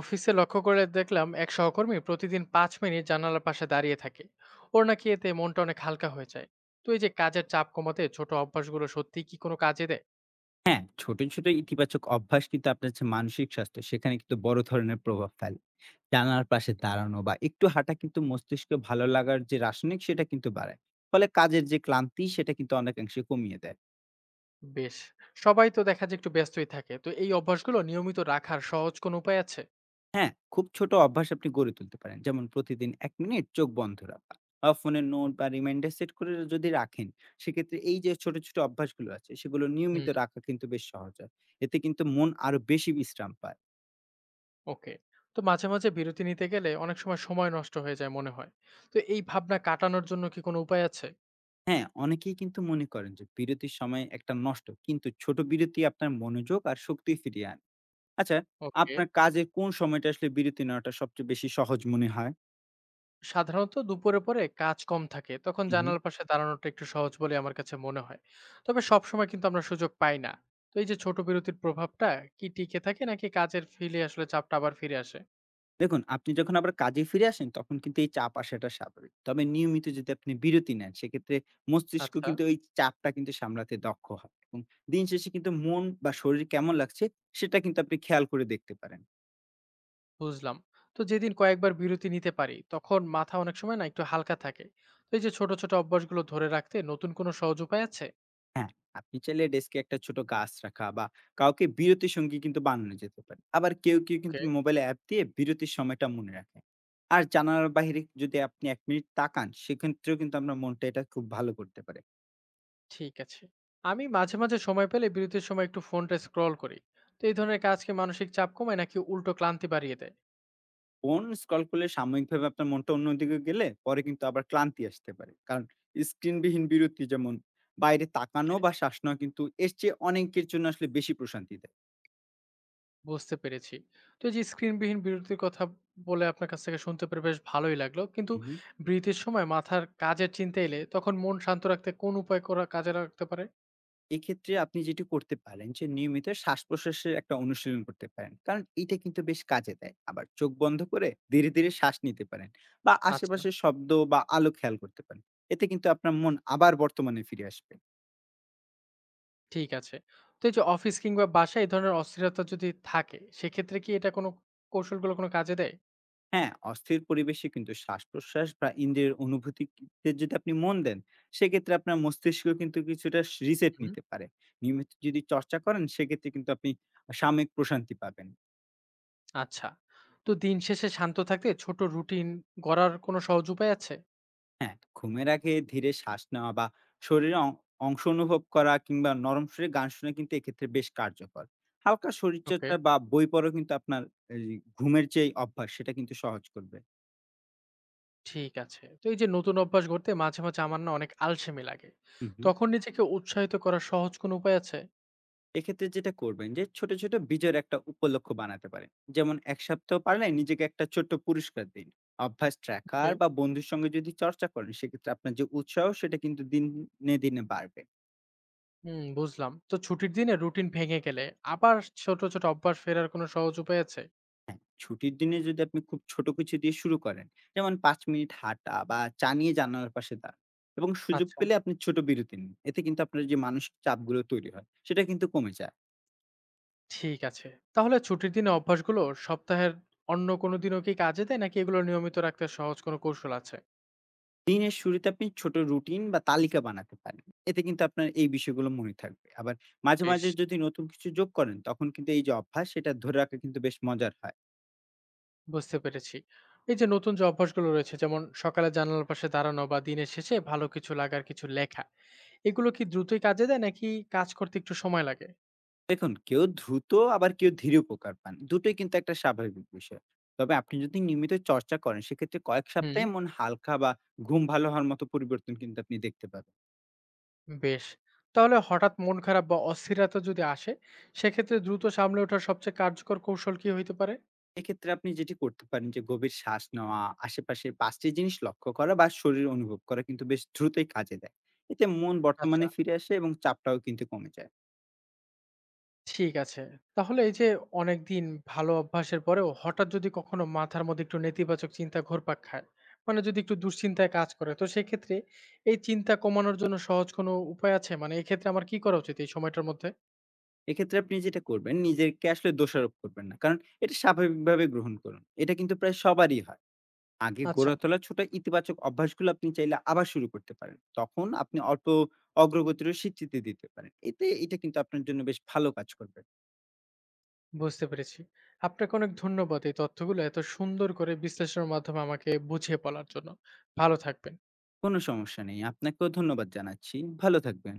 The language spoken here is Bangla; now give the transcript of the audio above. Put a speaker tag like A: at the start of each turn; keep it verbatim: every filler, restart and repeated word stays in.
A: অফিসে লক্ষ্য করে দেখলাম এক সহকর্মী প্রতিদিন পাঁচ মিনিট জানালার পাশে দাঁড়িয়ে থাকে। ওর নাকি এতে মনটা অনেক হালকা হয়ে যায়। তো এই যে কাজের চাপ কমাতে ছোট অভ্যাসগুলো সত্যি কি কোনো কাজে দেয়?
B: হ্যাঁ, ছোট, ছোট ইতিবাচক অভ্যাস কিন্তু আপনার যে মানসিক স্বাস্থ্য সেখানে কিন্তু বড় ধরনের প্রভাব ফেলে। জানালার পাশে দাঁড়ানো বা একটু হাঁটা কিন্তু মস্তিষ্কে ভালো লাগার যে রাসায়নিক সেটা কিন্তু বাড়ায়। ফলে কাজের যে ক্লান্তি সেটা কিন্তু অনেকাংশে কমিয়ে দেয়।
A: বেশ। সবাই তো দেখা যায় একটু ব্যস্তই থাকে, তো এই অভ্যাসগুলো নিয়মিত রাখার সহজ কোনো উপায় আছে?
B: হ্যাঁ, খুব ছোট অভ্যাস আপনি গড়ে তুলতে পারেন। যেমন প্রতিদিন এক মিনিট চোখ বন্ধ রাখা বা ফোনে নোট বা রিমাইন্ডার সেট করে যদি রাখেন, সেক্ষেত্রে এই যে ছোট, ছোট অভ্যাসগুলো আছে সেগুলো
A: হুম।
B: নিয়মিত রাখা কিন্তু বেশ সহজ হয়। এতে কিন্তু মন আরো বেশি বিশ্রাম পায়।
A: ওকে। তো মাঝে মাঝে বিরতি নিতে গেলে অনেক সময় সময় নষ্ট হয়ে যায় মনে হয়, তো এই ভাবনা কাটানোর জন্য কি কোনো উপায় আছে?
B: হ্যাঁ, অনেকেই কিন্তু মনে করেন যে বিরতির সময় একটা নষ্ট, কিন্তু ছোট বিরতি আপনার মনোযোগ আর শক্তি ফিরিয়ে আনে। আচ্ছা,
A: ওকে।
B: আপনার কাজে কোন সময়টা আসলে বিরতি নেওয়াটা সবচেয়ে বেশি সহজ মনে হয়?
A: সাধারণত দুপুরের পরে কাজ কম থাকে, তখন
B: হুম, হুম।
A: জানালার পাশে দাঁড়ানোটা একটু সহজ বলে আমার কাছে মনে হয়। তবে সবসময় কিন্তু আমরা সুযোগ পাই না। তো এই যে ছোট বিরতির প্রভাবটা কি টিকে থাকে নাকি কাজের ফিরে আসলে চাপটা আবার ফিরে আসে?
B: দেখুন, আপনি যখন আবার কাজে ফিরে আসেন, তখন কিন্তু এই চাপ আসাটা স্বাভাবিক। তবে নিয়মিত যদি আপনি বিরতি নেন, সেক্ষেত্রে মস্তিষ্ক
A: আচ্ছা।
B: কিন্তু এই চাপটা কিন্তু সামলাতে দক্ষ হয় এবং দিন শেষে কিন্তু মন বা শরীর কেমন লাগছে, সেটা কিন্তু আপনি খেয়াল করে দেখতে পারেন।
A: বুঝলাম। তো যেদিন কয়েকবার বিরতি নিতে পারি তখন মাথা অনেক সময় না একটু হালকা থাকে, তো এই যে ছোট ছোট অভ্যাসগুলো ধরে রাখতে নতুন কোনো সহজ উপায় আছে?
B: হ্যাঁ, আপনি চাইলে ডেস্কে একটা ছোট গাছ রাখা বা কাউকে বিরতির সঙ্গী কিন্তু বানানো যেতে পারে। আবার কেউ, কেউ
A: ওকে।
B: কিন্তু মোবাইলে অ্যাপ দিয়ে বিরতির সময়টা মনে রাখে। আর জানালার বাহিরে যদি আপনি এক মিনিট তাকান, সেক্ষেত্রেও কিন্তু আপনার মনটা এটা খুব ভালো করতে পারে।
A: ঠিক আছে। আমি মাঝে মাঝে সময় পেলে বিরতির সময় একটু ফোনটা স্ক্রল করি, তো এই ধরনের কাজ কি মানসিক চাপ কমায় নাকি উল্টো ক্লান্তি বাড়িয়ে দেয়?
B: ফোন স্ক্রল করলে সাময়িকভাবে আপনার মনটা অন্যদিকে গেলে পরে কিন্তু আবার ক্লান্তি আসতে পারে। কারণ স্ক্রিনবিহীন বিরতি যেমন বাইরে তাকানো
A: হ্যাঁ,
B: বা শ্বাস নেওয়া কিন্তু এর চেয়ে অনেকের জন্য আসলে বেশি প্রশান্তি দেয়।
A: বুঝতে পেরেছি। তো এই যে স্ক্রিনবিহীন বিরতির কথা বলে আপনার কাছ থেকে শুনতে পেরে বেশ ভালোই লাগলো। কিন্তু
B: হুম।
A: বিরতির সময় মাথার কাজের চিন্তা এলে তখন মন শান্ত রাখতে কোন উপায় করা কাজে লাগতে পারে?
B: এক্ষেত্রে আপনি যেটি করতে পারেন যে নিয়মিত শ্বাস-প্রশ্বাসের একটা অনুশীলন করতে পারেন। কারণ এটা কিন্তু বেশ কাজে দেয়। আবার চোখ বন্ধ করে ধীরে, ধীরে শ্বাস নিতে পারেন বা
A: আচ্ছা,
B: আশেপাশের শব্দ বা আলো খেয়াল করতে পারেন। এতে কিন্তু আপনার মন আবার বর্তমানে ফিরে আসবে।
A: ঠিক আছে। তো এই যে অফিস কিংবা বাসায় এই ধরনের অস্থিরতা যদি থাকে সেক্ষেত্রে কি এটা কোনো কৌশলগুলো কোনো কাজে দেয়?
B: হ্যাঁ, অস্থির পরিবেশে কিন্তু শ্বাস-প্রশ্বাস বা ইন্দ্রিয়ের অনুভূতিতে যদি আপনি মন দেন, সেক্ষেত্রে আপনার মস্তিষ্ক কিন্তু কিছুটা রিসেট
A: হুম,
B: নিতে পারে। নিয়মিত যদি চর্চা করেন সেক্ষেত্রে কিন্তু আপনি সাময়িক প্রশান্তি পাবেন।
A: আচ্ছা। তো দিন শেষে শান্ত থাকতে ছোট রুটিন গড়ার কোনো সহজ উপায় আছে?
B: হ্যাঁ, ঘুমের আগে ধীরে শ্বাস নেওয়া বা শরীরে অং অংশ অনুভব করা কিংবা নরম সুরে গান শোনা কিন্তু এক্ষেত্রে বেশ কার্যকর। হালকা
A: ওকে।
B: শরীরচর্চা বা বই পড়াও কিন্তু আপনার এই ঘুমের যে অভ্যাস সেটা কিন্তু সহজ করবে।
A: ঠিক আছে। তো এই যে নতুন অভ্যাস গড়তে মাঝে, মাঝে আমার না অনেক আলসেমি লাগে।
B: হুম, হুম।
A: তখন নিজেকে উৎসাহিত করার সহজ কোনো উপায় আছে?
B: এক্ষেত্রে যেটা করবেন যে ছোট, ছোট বিজয়ের একটা উপলক্ষ্য বানাতে পারেন। যেমন এক সপ্তাহ পারলে নিজেকে একটা ছোট্ট পুরস্কার দিন। অভ্যাস
A: ওকে।
B: ট্র্যাকার বা বন্ধুর সঙ্গে যদি চর্চা করেন সেক্ষেত্রে আপনার যে উৎসাহ সেটা কিন্তু দিন নে দিনে বাড়বে।
A: হুম, বুঝলাম। তো ছুটির দিনে রুটিন ভেঙে গেলে আবার ছোট, ছোট অভ্যাস ফেরার কোনো সহজ উপায় আছে?
B: ছুটির দিনে যদি আপনি খুব ছোট কিছু দিয়ে শুরু করেন, যেমন পাঁচ মিনিট হাঁটা বা চা নিয়ে জানালার পাশে দাঁড়ান এবং সুযোগ
A: আচ্ছা।
B: পেলে আপনি ছোট বিরতি নিন। এতে কিন্তু আপনার যে মানসিক চাপগুলো তৈরি হয়, সেটা কিন্তু কমে যায়।
A: ঠিক আছে। তাহলে ছুটির দিনে অভ্যাসগুলো সপ্তাহের অন্য কোনো দিনও কি কাজে দেয় নাকি এগুলো নিয়মিত রাখতে সহজ কোনো কৌশল আছে?
B: দিনের শুরুতে আপনি ছোট রুটিন বা তালিকা বানাতে পারেন। এতে কিন্তু আপনার এই বিষয়গুলো মনে থাকবে। আবার মাঝে,
A: বেশ।
B: মাঝে যদি নতুন কিছু যোগ করেন, তখন কিন্তু এই যে অভ্যাস, সেটা ধরে রাখা কিন্তু বেশ মজার হয়।
A: বুঝতে পেরেছি। এই যে নতুন যে অভ্যাসগুলো রয়েছে যেমন সকালে জানালার পাশে দাঁড়ানো বা দিনের শেষে ভালো কিছু লাগার কিছু লেখা, এগুলো কি দ্রুতই কাজে দেয় নাকি কাজ করতে একটু সময় লাগে?
B: দেখুন, কেউ দ্রুত আবার কেউ ধীরে উপকার পান। দুটোই কিন্তু একটা স্বাভাবিক বিষয়। তবে আপনি যদি নিয়মিত চর্চা করেন সেক্ষেত্রে কয়েক
A: হুম।
B: সপ্তাহে মন হালকা বা ঘুম ভালো হওয়ার মতো পরিবর্তন কিন্তু আপনি দেখতে পাবেন।
A: বেশ। তাহলে হঠাৎ মন খারাপ বা অস্থিরতা যদি আসে, সেক্ষেত্রে দ্রুত সামলে ওঠার সবচেয়ে কার্যকর কৌশল কি হইতে পারে?
B: এক্ষেত্রে আপনি যেটি করতে পারেন যে গভীর শ্বাস নেওয়া, আশেপাশের পাঁচ টি জিনিস লক্ষ্য করা বা শরীর অনুভব করা কিন্তু বেশ দ্রুতই কাজে দেয়। এতে মন
A: আচ্ছা।
B: বর্তমানে ফিরে আসে এবং চাপটাও কিন্তু কমে যায়।
A: ঠিক আছে। তাহলে এই যে অনেকদিন ভালো অভ্যাসের পরেও হঠাৎ যদি কখনো মাথার মধ্যে একটু নেতিবাচক চিন্তা ঘুরপাক খায়, মানে যদি একটু দুশ্চিন্তায় কাজ করে, তো সেক্ষেত্রে এই চিন্তা কমানোর জন্য সহজ কোনো উপায় আছে? মানে এক্ষেত্রে আমার কি করা উচিত এই সময়টার মধ্যে?
B: এক্ষেত্রে আপনি যেটা করবেন নিজেকে আসলে দোষারোপ করবেন না। কারণ এটা স্বাভাবিকভাবে গ্রহণ করুন। এটা কিন্তু প্রায় সবারই হয়। আগে
A: আচ্ছা।
B: গড়ে তোলা ছোট ইতিবাচক অভ্যাসগুলো আপনি চাইলে আবার শুরু করতে পারেন। তখন আপনি অল্প অগ্রগতিরও স্বীকৃতি দিতে পারেন। এতে এটা কিন্তু আপনার জন্য বেশ ভালো কাজ করবে।
A: বুঝতে পেরেছি। আপনাকে অনেক ধন্যবাদ এই তথ্যগুলো এত সুন্দর করে বিশ্লেষণের মাধ্যমে আমাকে বুঝিয়ে বলার জন্য। ভালো থাকবেন।
B: কোনো সমস্যা নেই। আপনাকেও ধন্যবাদ জানাচ্ছি। ভালো থাকবেন।